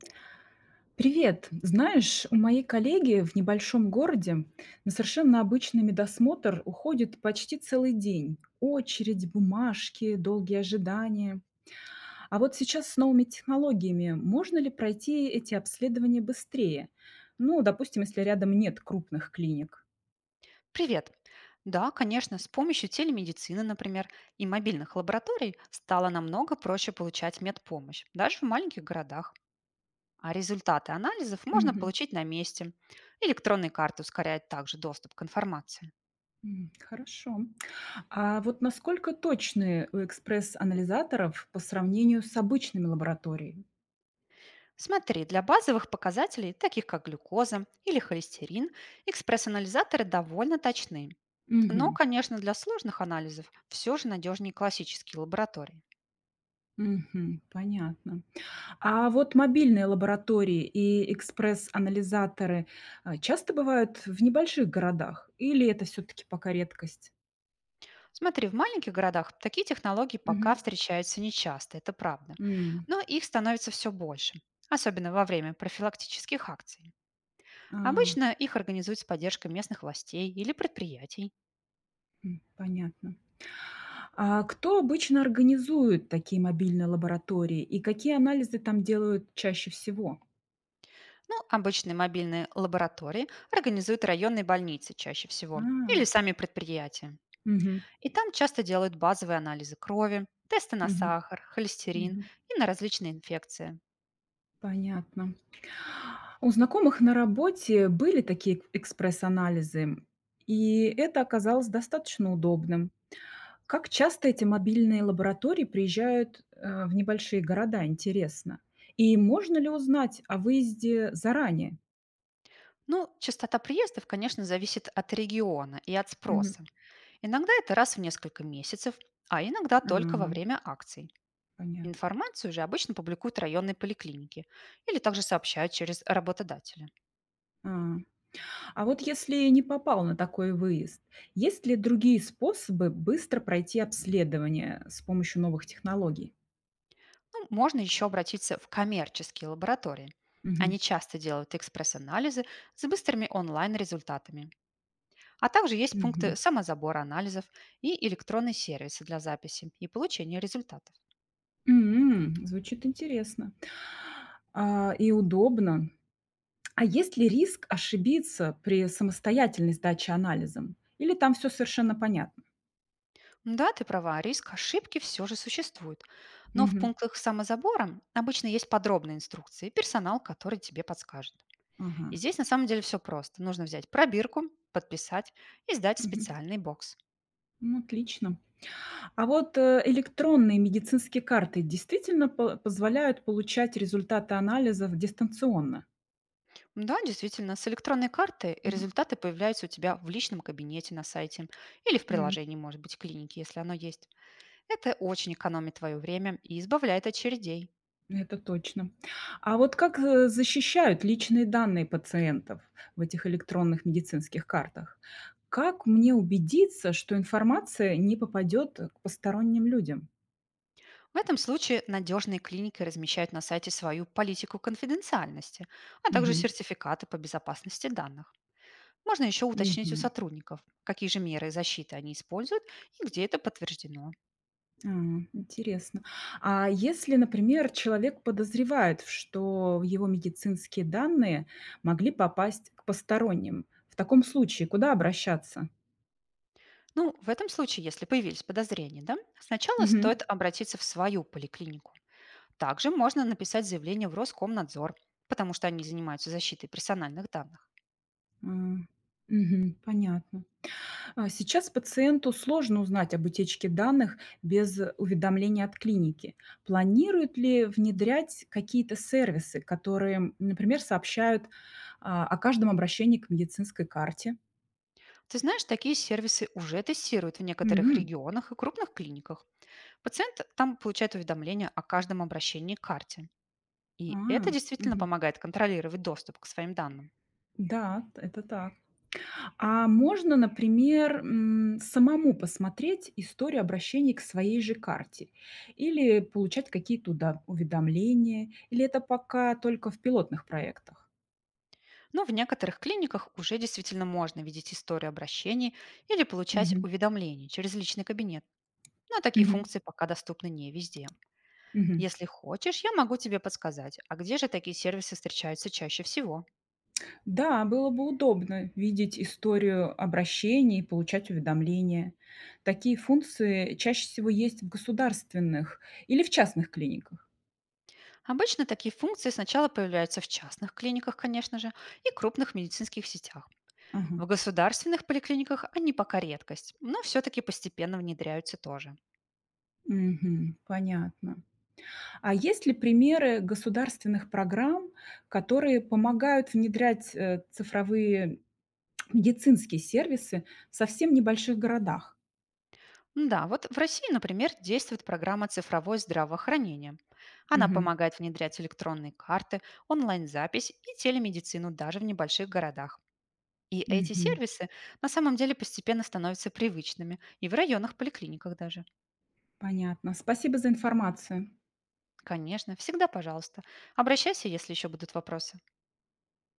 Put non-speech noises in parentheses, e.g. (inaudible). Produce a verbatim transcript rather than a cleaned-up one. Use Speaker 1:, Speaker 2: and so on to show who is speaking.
Speaker 1: Привет! Знаешь, у моей коллеги в небольшом городе на совершенно обычный медосмотр уходит почти целый день. Очередь, бумажки, долгие ожидания. А вот сейчас с новыми технологиями можно ли пройти эти обследования быстрее? Ну, допустим, если рядом нет крупных клиник.
Speaker 2: Привет! Да, конечно, с помощью телемедицины, например, и мобильных лабораторий стало намного проще получать медпомощь, даже в маленьких городах. А результаты анализов можно
Speaker 1: Мгм.
Speaker 2: получить на месте. Электронные карты ускоряют также доступ к информации.
Speaker 1: М, Хорошо. А вот насколько точны у экспресс-анализаторов по сравнению с обычными лабораториями?
Speaker 2: Смотри, для базовых показателей, таких как глюкоза или холестерин, экспресс-анализаторы довольно точны. Но,
Speaker 1: Мгм.
Speaker 2: конечно, для сложных анализов все же надежнее классические лаборатории.
Speaker 1: Мгм. Понятно. А вот мобильные лаборатории и экспресс-анализаторы, а, часто бывают в небольших городах или это все таки пока редкость?
Speaker 2: Смотри, в маленьких городах такие технологии пока
Speaker 1: Мгм.
Speaker 2: встречаются нечасто, это правда.
Speaker 1: М.
Speaker 2: Но их становится все больше, особенно во время профилактических акций.
Speaker 1: А,
Speaker 2: Обычно их организуют с поддержкой местных властей или предприятий.
Speaker 1: м, понятно. А кто обычно организует такие мобильные лаборатории и какие анализы там делают чаще всего?
Speaker 2: Ну, обычные мобильные лаборатории организуют районные больницы чаще
Speaker 1: А,
Speaker 2: всего, или сами предприятия.
Speaker 1: мгм,
Speaker 2: И там часто делают базовые анализы крови, тесты на
Speaker 1: мгм,
Speaker 2: сахар, холестерин
Speaker 1: мгм.
Speaker 2: и на различные инфекции.
Speaker 1: Понятно. У знакомых на работе были такие экспресс-анализы, и это оказалось достаточно удобным. Как часто эти мобильные лаборатории приезжают э, в небольшие города, интересно? И можно ли узнать о выезде заранее?
Speaker 2: Ну, частота приездов, конечно, зависит от региона и от
Speaker 1: Мгм.
Speaker 2: спроса. Иногда это раз в несколько месяцев, а иногда
Speaker 1: А,
Speaker 2: только во время акций.
Speaker 1: понятно.
Speaker 2: Информацию же обычно публикуют районные поликлиники или также сообщают через работодателя.
Speaker 1: А. А вот если не попал на такой выезд, есть ли другие способы быстро пройти обследование с помощью новых технологий?
Speaker 2: Ну, можно еще обратиться в коммерческие лаборатории.
Speaker 1: Мгм.
Speaker 2: Они часто делают экспресс-анализы с быстрыми онлайн-результатами. А также есть пункты
Speaker 1: Мгм.
Speaker 2: самозабора анализов и электронные сервисы для записи и получения результатов.
Speaker 1: М, Звучит интересно. А, и удобно. А есть ли риск ошибиться при самостоятельной сдаче анализом? Или там все совершенно понятно?
Speaker 2: Да, ты права, риск ошибки все же существует. Но в
Speaker 1: Мгм.
Speaker 2: пунктах самозабора обычно есть подробные инструкции и персонал, который тебе подскажет. И
Speaker 1: Ага.
Speaker 2: здесь на самом деле все просто. Нужно взять пробирку, подписать и сдать в
Speaker 1: Мгм.
Speaker 2: специальный бокс.
Speaker 1: Ну, отлично. А вот, э, электронные медицинские карты действительно по позволяют получать результаты анализов дистанционно?
Speaker 2: Да, действительно, с электронной карты
Speaker 1: Мгм.
Speaker 2: результаты появляются у тебя в личном кабинете на сайте или в
Speaker 1: М.
Speaker 2: приложении, может быть, клиники, если оно есть. Это очень экономит твое время и избавляет от очередей.
Speaker 1: Это точно. А вот как, э, защищают личные данные пациентов в этих электронных медицинских картах? Как мне убедиться, что информация не попадет к посторонним людям?
Speaker 2: В этом случае надежные клиники размещают на сайте свою политику конфиденциальности, а также
Speaker 1: Мгм.
Speaker 2: сертификаты по безопасности данных. Можно еще уточнить у
Speaker 1: Мгм.
Speaker 2: сотрудников, какие же меры защиты они используют и где это подтверждено.
Speaker 1: А, интересно. А если, например, человек подозревает, что его медицинские данные могли попасть к посторонним, в таком случае куда обращаться?
Speaker 2: Ну, в этом случае, если появились подозрения, да, сначала
Speaker 1: Мгм.
Speaker 2: стоит обратиться в свою поликлинику. Также можно написать заявление в Роскомнадзор, потому что они занимаются защитой персональных данных.
Speaker 1: А, мгм, понятно. А сейчас пациенту сложно узнать об утечке данных без уведомления от клиники. Планируют ли внедрять какие-то сервисы, которые, например, сообщают а, о каждом обращении к медицинской карте?
Speaker 2: Ты знаешь, такие сервисы уже тестируют в некоторых регионах и крупных клиниках, пациент там получает уведомления о каждом обращении к карте. И это
Speaker 1: А,
Speaker 2: действительно
Speaker 1: мгм.
Speaker 2: помогает контролировать доступ к своим данным.
Speaker 1: Да, т- это так. А можно, например, м, самому посмотреть историю обращений к своей же карте или получать какие-то уда- уведомления, или это пока только в пилотных проектах?
Speaker 2: Но в некоторых клиниках уже действительно можно видеть историю обращений или получать
Speaker 1: Мгм.
Speaker 2: уведомления через личный кабинет. Но такие
Speaker 1: Мгм.
Speaker 2: функции пока доступны не везде.
Speaker 1: Мгм.
Speaker 2: Если хочешь, я могу тебе подсказать, а где же такие сервисы встречаются чаще всего.
Speaker 1: Да, было бы удобно видеть историю обращений и получать уведомления. Такие функции чаще всего есть в государственных или в частных клиниках.
Speaker 2: Обычно такие функции сначала появляются в частных клиниках, конечно же, и крупных медицинских сетях.
Speaker 1: Ага.
Speaker 2: В государственных поликлиниках они пока редкость, но все-таки постепенно внедряются тоже.
Speaker 1: Мгм. Понятно. А есть ли примеры государственных программ, которые помогают внедрять, э, цифровые (tsk) медицинские сервисы в совсем небольших городах?
Speaker 2: Да, вот в России, например, действует программа цифровое здравоохранение. Она
Speaker 1: Мгм,
Speaker 2: помогает внедрять электронные карты, онлайн-запись и телемедицину даже в небольших городах. И эти
Speaker 1: мгм.
Speaker 2: сервисы на самом деле постепенно становятся привычными и в районных поликлиниках даже.
Speaker 1: Понятно. Спасибо за информацию.
Speaker 2: Конечно, всегда пожалуйста. Обращайся, если еще будут вопросы.